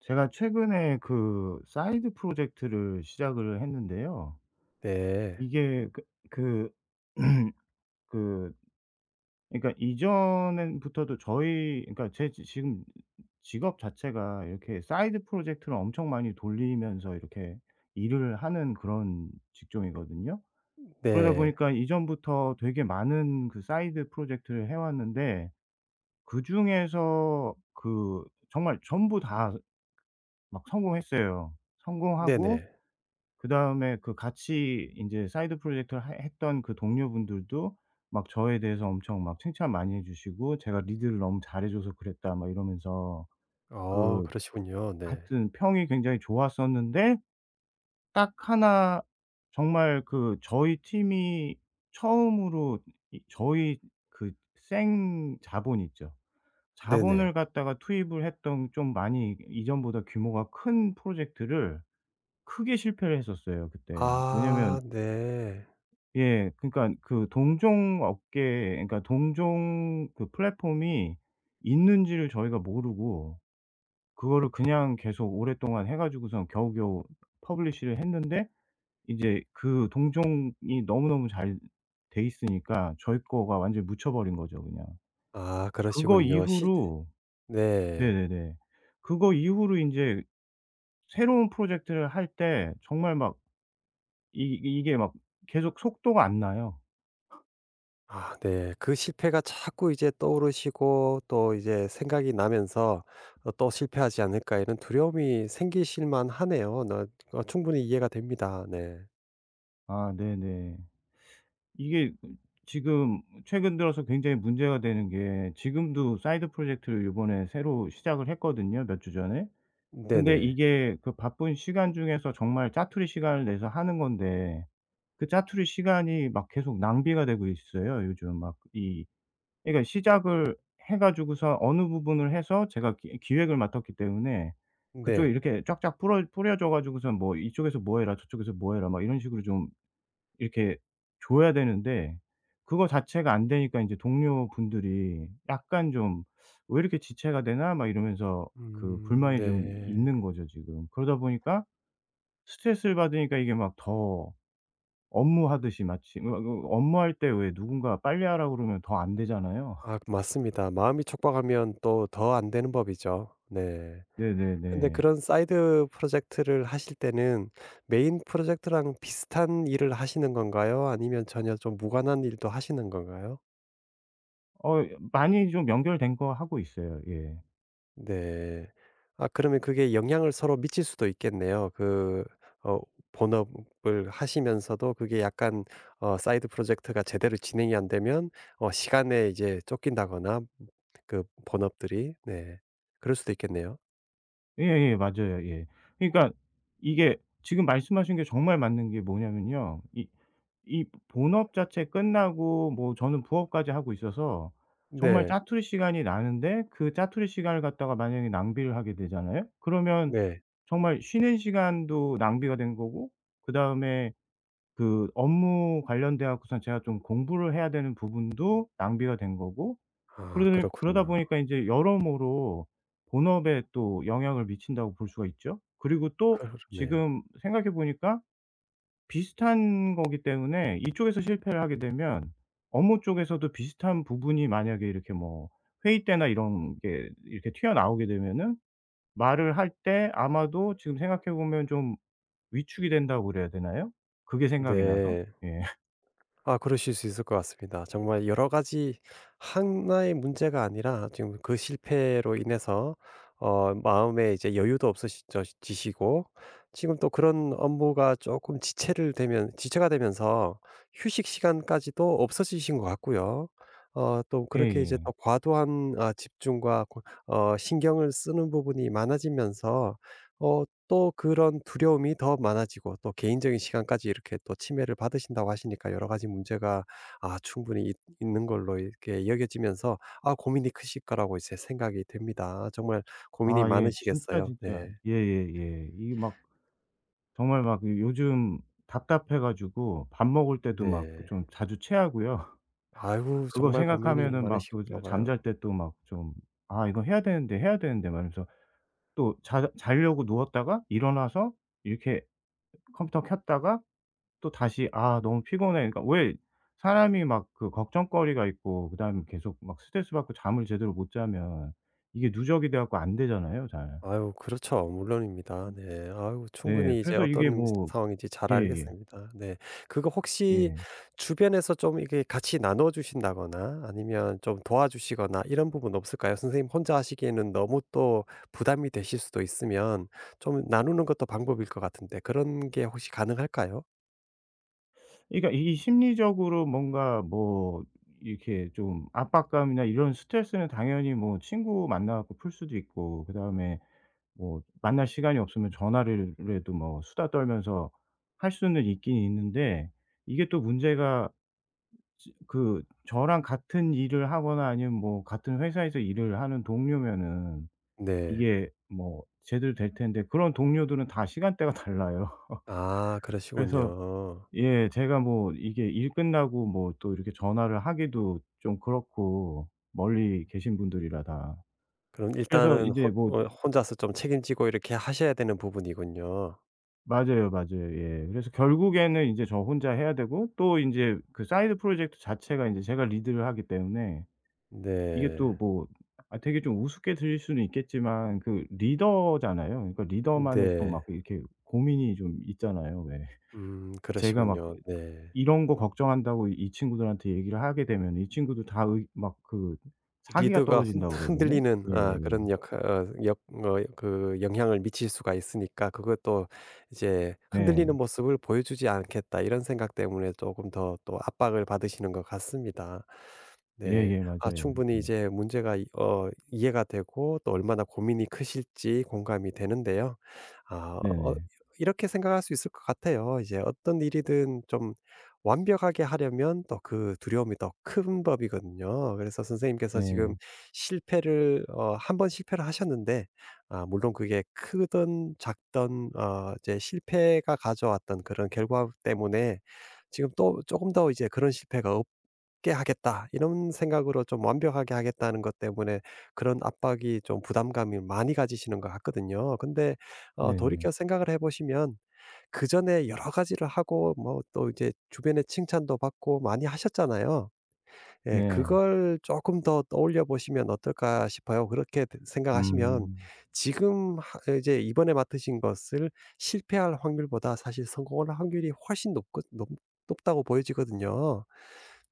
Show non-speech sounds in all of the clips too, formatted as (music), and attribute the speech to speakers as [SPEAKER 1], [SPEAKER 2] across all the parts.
[SPEAKER 1] 제가 최근에 그 사이드 프로젝트를 시작을 했는데요.
[SPEAKER 2] 네.
[SPEAKER 1] 이게 그 (clears throat) 그 그러니까 이전엔 부터도 저희 그러니까 제 지 지금 직업 자체가 이렇게 사이드 프로젝트를 엄청 많이 돌리면서 이렇게 일을 하는 그런 직종이거든요. 그러다
[SPEAKER 2] 네.
[SPEAKER 1] 보니까 이전부터 되게 많은 그 사이드 프로젝트를 해 왔는데 그중에서 그 정말 전부 다 막 성공했어요. 성공하고
[SPEAKER 2] 네네.
[SPEAKER 1] 그다음에 그 같이 이제 사이드 프로젝트를 하 했던 그 동료분들도 막 저에 대해서 엄청 막 칭찬 많이 해 주시고, 제가 "리드를 너무 잘해 줘서 그랬다." 막 이러면서
[SPEAKER 2] 어
[SPEAKER 1] 그
[SPEAKER 2] 그러시군요. 네.
[SPEAKER 1] 하여튼 평이 굉장히 좋았었는데, 딱 하나 정말 그 저희 팀이 처음으로 이 저희 그 생 자본 있죠. 자본을
[SPEAKER 2] 네네.
[SPEAKER 1] 갖다가 투입을 했던, 좀 많이 이전보다 규모가 큰 프로젝트를 크게 실패를 했었어요 그때. 왜냐면
[SPEAKER 2] 아 네.
[SPEAKER 1] 예. 그러니까 그 동종 업계, 그러니까 동종 그 플랫폼이 있는지를 저희가 모르고 그거를 그냥 계속 오랫동안 해 가지고선 겨우겨우 퍼블리시를 했는데, 이제 그 동종이 너무너무 잘 돼 있으니까 저희 거가 완전히 묻혀 버린 거죠 그냥.
[SPEAKER 2] 아
[SPEAKER 1] 그거
[SPEAKER 2] 그러시군요. 시
[SPEAKER 1] 이후로
[SPEAKER 2] 네.
[SPEAKER 1] 네네네. 그거 이후로 인제 새로운 프로젝트를 할 때 정말 막 이 이게 막 계속 속도가 안 나요.
[SPEAKER 2] 아 네. 그 실패가 자꾸 이제 떠오르시고 또 이제 생각이 나면서 '또 실패하지 않을까.' 이런 두려움이 생기실 만하네요. 나 어 충분히 이해가 됩니다. 네.
[SPEAKER 1] 아 네네. 이게 지금 최근 들어서 굉장히 문제가 되는 게, 지금도 사이드 프로젝트를 요번에 새로 시작을 했거든요, 몇 주 전에. 근데
[SPEAKER 2] 네네.
[SPEAKER 1] 이게 그 바쁜 시간 중에서 정말 짜투리 시간을 내서 하는 건데, 그 짜투리 시간이 막 계속 낭비가 되고 있어요, 요즘. 막 이 그러니까 시작을 해 가지고서 어느 부분을 해서 제가 기 기획을 맡았기 때문에 그쪽에
[SPEAKER 2] 네.
[SPEAKER 1] 이렇게 쫙쫙 뿌려져 가지고선, 뭐 "이쪽에서 뭐 해라. 저쪽에서 뭐 해라." 막 이런 식으로 좀 이렇게 줘야 되는데, 그거 자체가 안 되니까 인제 동료분들이 약간 좀 '왜 이렇게 지체가 되나?' 막 이러면서 그 불만이 좀
[SPEAKER 2] 네.
[SPEAKER 1] 있는 거죠 지금. 그러다 보니까 스트레스를 받으니까 이게 막 더 업무하듯이, 마치 뭐 그 업무할 때 왜 누군가 빨리 하라고 그러면 더 안 되잖아요.
[SPEAKER 2] 아 맞습니다. 마음이 촉박하면 또 더 안 되는 법이죠. 네. 근데
[SPEAKER 1] 네네네.
[SPEAKER 2] 그런 사이드 프로젝트를 하실 때는 메인 프로젝트랑 비슷한 일을 하시는 건가요? 아니면 전혀 좀 무관한 일도 하시는 건가요?
[SPEAKER 1] 어 많이 좀 연결된 거 하고 있어요. 예.
[SPEAKER 2] 네. 아 그러면 그게 영향을 서로 미칠 수도 있겠네요. 어 본업을 하시면서도 그게 약간 사이드 프로젝트가 제대로 진행이 안 되면 시간에 이제 쫓긴다거나 그 본업들이 네. 그럴 수도 있겠네요.
[SPEAKER 1] 예예. 맞아요. 예. 그러니까 이게 지금 말씀하신 게 정말 맞는 게 뭐냐면요. 이 본업 자체 끝나고, 뭐 저는 부업까지 하고 있어서 정말
[SPEAKER 2] 네.
[SPEAKER 1] 짜투리 시간이 나는데, 그 짜투리 시간을 갖다가 만약에 낭비를 하게 되잖아요. 그러면
[SPEAKER 2] 네.
[SPEAKER 1] 정말 쉬는 시간도 낭비가 된 거고, 그다음에 그 업무 관련돼 갖고선 제가 좀 공부를 해야 되는 부분도 낭비가 된 거고,
[SPEAKER 2] 아
[SPEAKER 1] 그러다
[SPEAKER 2] 그렇군요.
[SPEAKER 1] 보니까 이제 여러모로 본업에 또 영향을 미친다고 볼 수가 있죠. 그리고 또
[SPEAKER 2] 그러네요.
[SPEAKER 1] 지금 생각해 보니까 비슷한 거기 때문에 이쪽에서 실패를 하게 되면 업무 쪽에서도 비슷한 부분이, 만약에 이렇게 뭐 회의 때나 이런 게 이렇게 튀어나오게 되면은, 말을 할 때 아마도 지금 생각해 보면 좀 위축이 된다고 그래야 되나요? 그게 생각이 나서?
[SPEAKER 2] 네.
[SPEAKER 1] 예. (laughs)
[SPEAKER 2] 아 그러실 수 있을 것 같습니다. 정말 여러 가지 하나의 문제가 아니라 지금 그 실패로 인해서 마음에 이제 여유도 없으시죠 지시고 지금 또 그런 업무가 조금 지체를 되면 지체가 되면서 휴식 시간까지도 없어지신 것 같고요. 또
[SPEAKER 1] 예
[SPEAKER 2] 그렇게 이제
[SPEAKER 1] 예.
[SPEAKER 2] 또 과도한 집중과 고 어 신경을 쓰는 부분이 많아지면서 어 또 그런 두려움이 더 많아지고 또 개인적인 시간까지 이렇게 또 침해를 받으신다고 하시니까 여러 가지 문제가 충분히 있는 걸로 이렇게 여겨지면서 고민이 크실 거라고 이제 생각이 됩니다. 정말 고민이
[SPEAKER 1] 아 예. 진짜,
[SPEAKER 2] 많으시겠어요.
[SPEAKER 1] 진짜.
[SPEAKER 2] 네.
[SPEAKER 1] 예 예 예. 이게 막 정말 막 요즘 답답해 가지고 밥 먹을 때도 막
[SPEAKER 2] 네.
[SPEAKER 1] 좀 자주 체하고요. (laughs)
[SPEAKER 2] 아이고
[SPEAKER 1] 그거
[SPEAKER 2] 정말 고민이
[SPEAKER 1] 생각하면은 막 또
[SPEAKER 2] 많으신가 봐요.
[SPEAKER 1] 잠잘 때 또 막 좀 '아 이거 해야 되는데, 해야 되는데.' 말해면서 또 자 자려고 누웠다가 일어나서 이렇게 컴퓨터 켰다가 또 다시 '아 너무 피곤해.' 그러니까 왜, 사람이 막 그 걱정거리가 있고 그다음에 계속 막 스트레스 받고 잠을 제대로 못 자면 이게 누적이 돼 갖고 안 되잖아요 잘.
[SPEAKER 2] 아유 그렇죠. 물론입니다. 네. 아유
[SPEAKER 1] 네.
[SPEAKER 2] 충분히 이제
[SPEAKER 1] 그래서 이게
[SPEAKER 2] 어떤
[SPEAKER 1] 뭐
[SPEAKER 2] 상황인지 잘
[SPEAKER 1] 예예.
[SPEAKER 2] 알겠습니다. 네. 그거
[SPEAKER 1] 예.
[SPEAKER 2] 혹시
[SPEAKER 1] 예.
[SPEAKER 2] 주변에서 좀 이렇게 같이 나눠 주신다거나 아니면 좀 도와주시거나 이런 부분 없을까요? 선생님 혼자 하시기에는 너무 또 부담이 되실 수도 있으면 좀 나누는 것도 방법일 것 같은데 그런 게 혹시 가능할까요?
[SPEAKER 1] 그러니까 이 심리적으로 뭔가, 뭐 이렇게 좀 압박감이나 이런 스트레스는 당연히 뭐 친구 만나 갖고 풀 수도 있고, 그다음에 뭐 만날 시간이 없으면 전화를 라도 뭐 수다 떨면서 할 수는 있긴 있는데, 이게 또 문제가, 지 그 저랑 같은 일을 하거나 아니면 뭐 같은 회사에서 일을 하는 동료면은
[SPEAKER 2] 네.
[SPEAKER 1] 이게 뭐 제대로 될 텐데, 그런 동료들은 다 시간대가 (laughs) 달라요.
[SPEAKER 2] 아
[SPEAKER 1] 그래서
[SPEAKER 2] 그러시군요.
[SPEAKER 1] 예. 제가 뭐 이게 일 끝나고 뭐 또 이렇게 전화를 하기도 좀 그렇고, 멀리 계신 분들이라 다.
[SPEAKER 2] 그럼
[SPEAKER 1] 그래서
[SPEAKER 2] 일단은
[SPEAKER 1] 이제
[SPEAKER 2] 혼
[SPEAKER 1] 뭐
[SPEAKER 2] 어 혼자서 좀 책임지고 이렇게 하셔야 되는 부분이군요.
[SPEAKER 1] 맞아요, 맞아요. 예. 그래서 결국에는 인제 저 혼자 해야 되고, 또 인제 그 사이드 프로젝트 자체가 인제 제가 리드를 하기 때문에 이게 또
[SPEAKER 2] 네.
[SPEAKER 1] 뭐, 아 되게 좀 우습게 들릴 수는 있겠지만 그 리더잖아요. 그러니까 리더만의 또
[SPEAKER 2] 네.
[SPEAKER 1] 막 이렇게 고민이 좀 있잖아요 왜. 제가 막 그
[SPEAKER 2] 그러시군요. 네.
[SPEAKER 1] 이런 거 걱정한다고 이 친구들한테 얘기를 하게 되면 이 친구들 다 의 막 그 사기가
[SPEAKER 2] 리드가 흔
[SPEAKER 1] 떨어진다고 그래야
[SPEAKER 2] (laughs)
[SPEAKER 1] 되나?
[SPEAKER 2] 흔들리는 아
[SPEAKER 1] 예예예.
[SPEAKER 2] 그런 역 어 역 어 그 영향을 미칠 수가 있으니까 그것도 이제
[SPEAKER 1] 네.
[SPEAKER 2] '흔들리는 모습을 보여주지 않겠다.' 이런 생각 때문에 조금 더 또 압박을 받으시는 것 같습니다. 네.
[SPEAKER 1] 예예.
[SPEAKER 2] 아
[SPEAKER 1] 맞아요.
[SPEAKER 2] 충분히
[SPEAKER 1] 예.
[SPEAKER 2] 이제 문제가 이 어 이해가 되고 또 얼마나 고민이 크실지 공감이 되는데요. 아 어
[SPEAKER 1] 네네.
[SPEAKER 2] 이렇게 생각할 수 있을 것 같아요. 이제 어떤 일이든 좀 완벽하게 하려면 또 그 두려움이 더 큰 법이거든요. 그래서 선생님께서 지금
[SPEAKER 1] 네.
[SPEAKER 2] 실패를 어 한 번 실패를 하셨는데 아 물론 그게 크든 작든 이제 실패가 가져왔던 그런 결과 때문에 지금 또 조금 더 이제 '그런 실패가 없게 하겠다.' 이런 생각으로 좀 '완벽하게 하겠다.'는 것 때문에 그런 압박이 좀 부담감이 많이 가지시는 것 같거든요. 근데
[SPEAKER 1] 네네.
[SPEAKER 2] 돌이켜 생각을 해 보시면 그전에 여러 가지를 하고 뭐 또 이제 주변의 칭찬도 받고 많이 하셨잖아요. 예
[SPEAKER 1] 네.
[SPEAKER 2] 그걸 조금 더 떠올려 보시면 어떨까 싶어요. 그렇게 드 생각하시면
[SPEAKER 1] 음.
[SPEAKER 2] 지금 하 이제 이번에 맡으신 것을 실패할 확률보다 사실 성공할 확률이 훨씬 높 높 높다고 보여지거든요.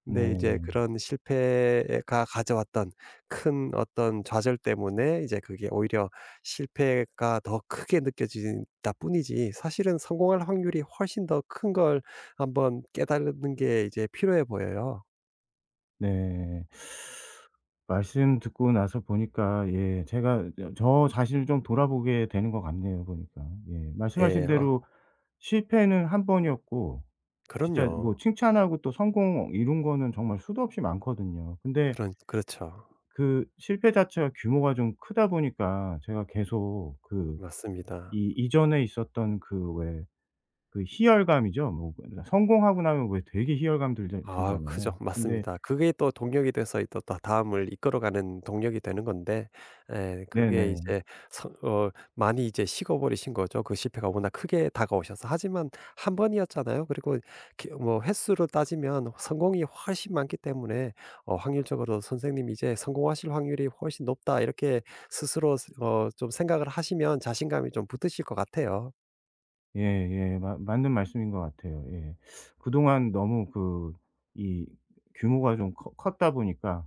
[SPEAKER 2] 근데 이제
[SPEAKER 1] 네.
[SPEAKER 2] 그런 실패가 가져왔던 큰 어떤 좌절 때문에 이제 그게 오히려 실패가 더 크게 느껴진다 뿐이지 사실은 성공할 확률이 훨씬 더 큰 걸 한번 깨달는 게 이제 필요해 보여요.
[SPEAKER 1] 네. 말씀 듣고 나서 보니까 예 제가 저 자신을 좀 돌아보게 되는 것 같네요 보니까. 예. 말씀하신
[SPEAKER 2] 예.
[SPEAKER 1] 대로 실패는 한 번이었고, 진짜 뭐
[SPEAKER 2] 그럼요.
[SPEAKER 1] 칭찬하고 또 성공 이룬 거는 정말 수도 없이 많거든요. 근데
[SPEAKER 2] 그런 그렇죠.
[SPEAKER 1] 그 실패 자체가 규모가 좀 크다 보니까 제가 계속 그
[SPEAKER 2] 맞습니다.
[SPEAKER 1] 이 이전에 있었던 그 왜 그 희열감이죠. 뭐 그러니까 성공하고 나면 왜 되게 희열감 들자
[SPEAKER 2] 아 그죠
[SPEAKER 1] 들잖아요. 근데
[SPEAKER 2] 맞습니다. 그게 또 동력이 돼서 또 다 다음을 이끌어가는 동력이 되는 건데 에 그게
[SPEAKER 1] 네네.
[SPEAKER 2] 이제 서 어 많이 이제 식어버리신 거죠. 그 실패가 워낙 크게 다가오셔서. 하지만 한 번이었잖아요. 그리고 기 뭐 횟수로 따지면 성공이 훨씬 많기 때문에 확률적으로 '선생님이 이제 성공하실 확률이 훨씬 높다.' 이렇게 스스로 스 어 좀 생각을 하시면 자신감이 좀 붙으실 것 같아요.
[SPEAKER 1] 예예. 맞 맞는 말씀인 것 같아요. 예. 그동안 너무 그 이 규모가 좀 커 컸다 보니까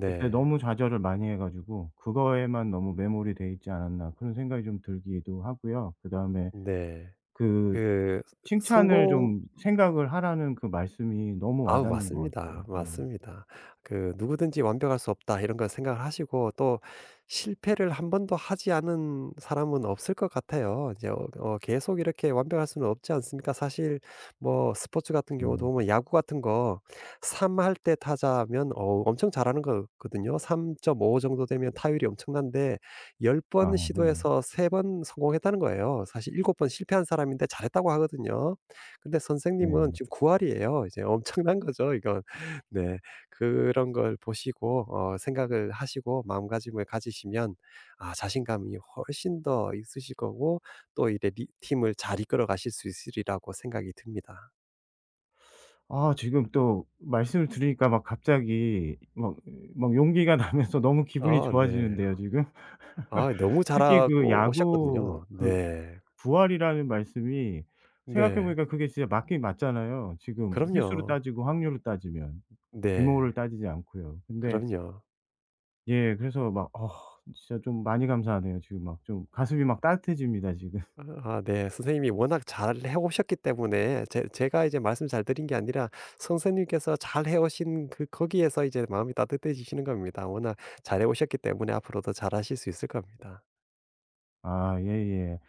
[SPEAKER 1] 그때 너무 좌절을 많이 해 가지고 그거에만 너무 매몰이 돼 있지 않았나 그런 생각이 좀 들기도 하고요. 그다음에
[SPEAKER 2] 네.
[SPEAKER 1] 그
[SPEAKER 2] 그
[SPEAKER 1] 칭찬을
[SPEAKER 2] 성공
[SPEAKER 1] 좀 생각을 하라는 그 말씀이 너무 와
[SPEAKER 2] 아우
[SPEAKER 1] 닿는 것 같아요.
[SPEAKER 2] 맞습니다.
[SPEAKER 1] 예.
[SPEAKER 2] 맞습니다. 그 '누구든지 완벽할 수 없다.' 이런 걸 생각을 하시고 또 실패를 한 번도 하지 않은 사람은 없을 것 같아요. 이제 계속 이렇게 완벽할 수는 없지 않습니까? 사실 뭐 스포츠 같은 경우도
[SPEAKER 1] 음.
[SPEAKER 2] 보면 야구 같은 거 3할 때 타자면 엄청 잘하는 거거든요. 3.5 정도 되면 타율이 엄청난데 10번
[SPEAKER 1] 아 네네.
[SPEAKER 2] 시도해서 3번 성공했다는 거예요. 사실 7번 실패한 사람인데 잘했다고 하거든요. 근데 선생님은
[SPEAKER 1] 네.
[SPEAKER 2] 지금 9할이에요 이제 엄청난 거죠 이건. (laughs) 네. 그런 걸 보시고 생각을 하시고 마음가짐을 가지시면 자신감이 훨씬 더 있으실 거고 또 이래 리 팀을 잘 이끌어 가실 수 있으리라고 생각이 듭니다.
[SPEAKER 1] 아 지금 또 말씀을 들으니까 막 갑자기 막 용기가 (laughs) 나면서 너무 기분이
[SPEAKER 2] 아 네.
[SPEAKER 1] 좋아지는데요 지금. (laughs)
[SPEAKER 2] 아 너무
[SPEAKER 1] 특히 그
[SPEAKER 2] 잘하고
[SPEAKER 1] 야구
[SPEAKER 2] 오셨거든요.
[SPEAKER 1] 그
[SPEAKER 2] 네.
[SPEAKER 1] 부활이라는 말씀이, 생각해
[SPEAKER 2] 네.
[SPEAKER 1] 보니까 그게 진짜 맞긴 맞잖아요. 지금 횟수로
[SPEAKER 2] 그럼요.
[SPEAKER 1] 따지고 확률로 따지면. 규모를
[SPEAKER 2] 네.
[SPEAKER 1] 따지지 않고요. 근데
[SPEAKER 2] 그럼요.
[SPEAKER 1] 예 그래서 막 어 진짜 좀 많이 감사하네요. 지금 막 좀 가슴이 막 따뜻해집니다 지금. (laughs)
[SPEAKER 2] 아 네. 선생님이 워낙 잘 해 오셨기 때문에 제 제가 이제 말씀 잘 드린 게 아니라 선생님께서 잘 해 오신 그 거기에서 이제 마음이 따뜻해지시는 겁니다. 워낙 잘해 오셨기 때문에 앞으로도 잘하실 수 있을 겁니다.
[SPEAKER 1] 아 예예.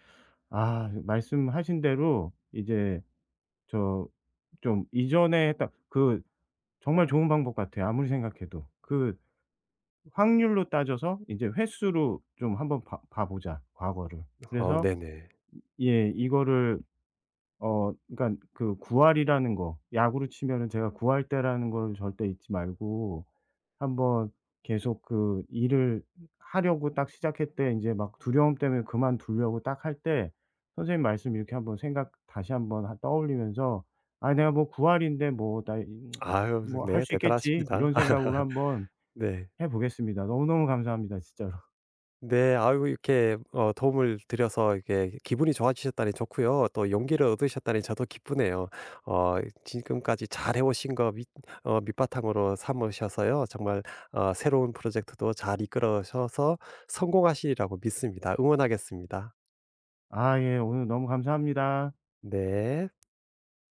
[SPEAKER 1] 아 말씀하신 대로 이제 저 좀 이전에 했던 그 정말 좋은 방법 같아요 아무리 생각해도. 그 확률로 따져서 이제 횟수로 좀 한번 봐 봐 보자 과거를. 그래서
[SPEAKER 2] 네네.
[SPEAKER 1] 예 이거를 어 그러니까 그 9할이라는 거 야구로 치면은 제가 9할 때라는 걸 절대 잊지 말고 한번 계속 그 일을 하려고 딱 시작할 때, 이제 막 두려움 때문에 그만두려고 딱 할 때 선생님 말씀 이렇게 한번 생각 다시 한번 하 떠올리면서 '아 내가 뭐 9할인데 뭐 나 (tsk)
[SPEAKER 2] 아유
[SPEAKER 1] 뭐 할
[SPEAKER 2] 네
[SPEAKER 1] 수 있겠지.'
[SPEAKER 2] 대단하십니다.
[SPEAKER 1] 이런
[SPEAKER 2] (laughs)
[SPEAKER 1] 생각으로 한번
[SPEAKER 2] 네.
[SPEAKER 1] 해 보겠습니다. 너무너무 감사합니다 진짜로.
[SPEAKER 2] 네. 아이고 이렇게 도움을 드려서 이렇게 기분이 좋아지셨다니 좋고요. 또 용기를 얻으셨다니 저도 기쁘네요. 어 지금까지 잘해 오신 거 밑 어 밑바탕으로 삼으셔서요. 정말 새로운 프로젝트도 잘 이끌어셔서 성공하시리라고 믿습니다. 응원하겠습니다.
[SPEAKER 1] 아 예 오늘 너무 감사합니다.
[SPEAKER 2] 네.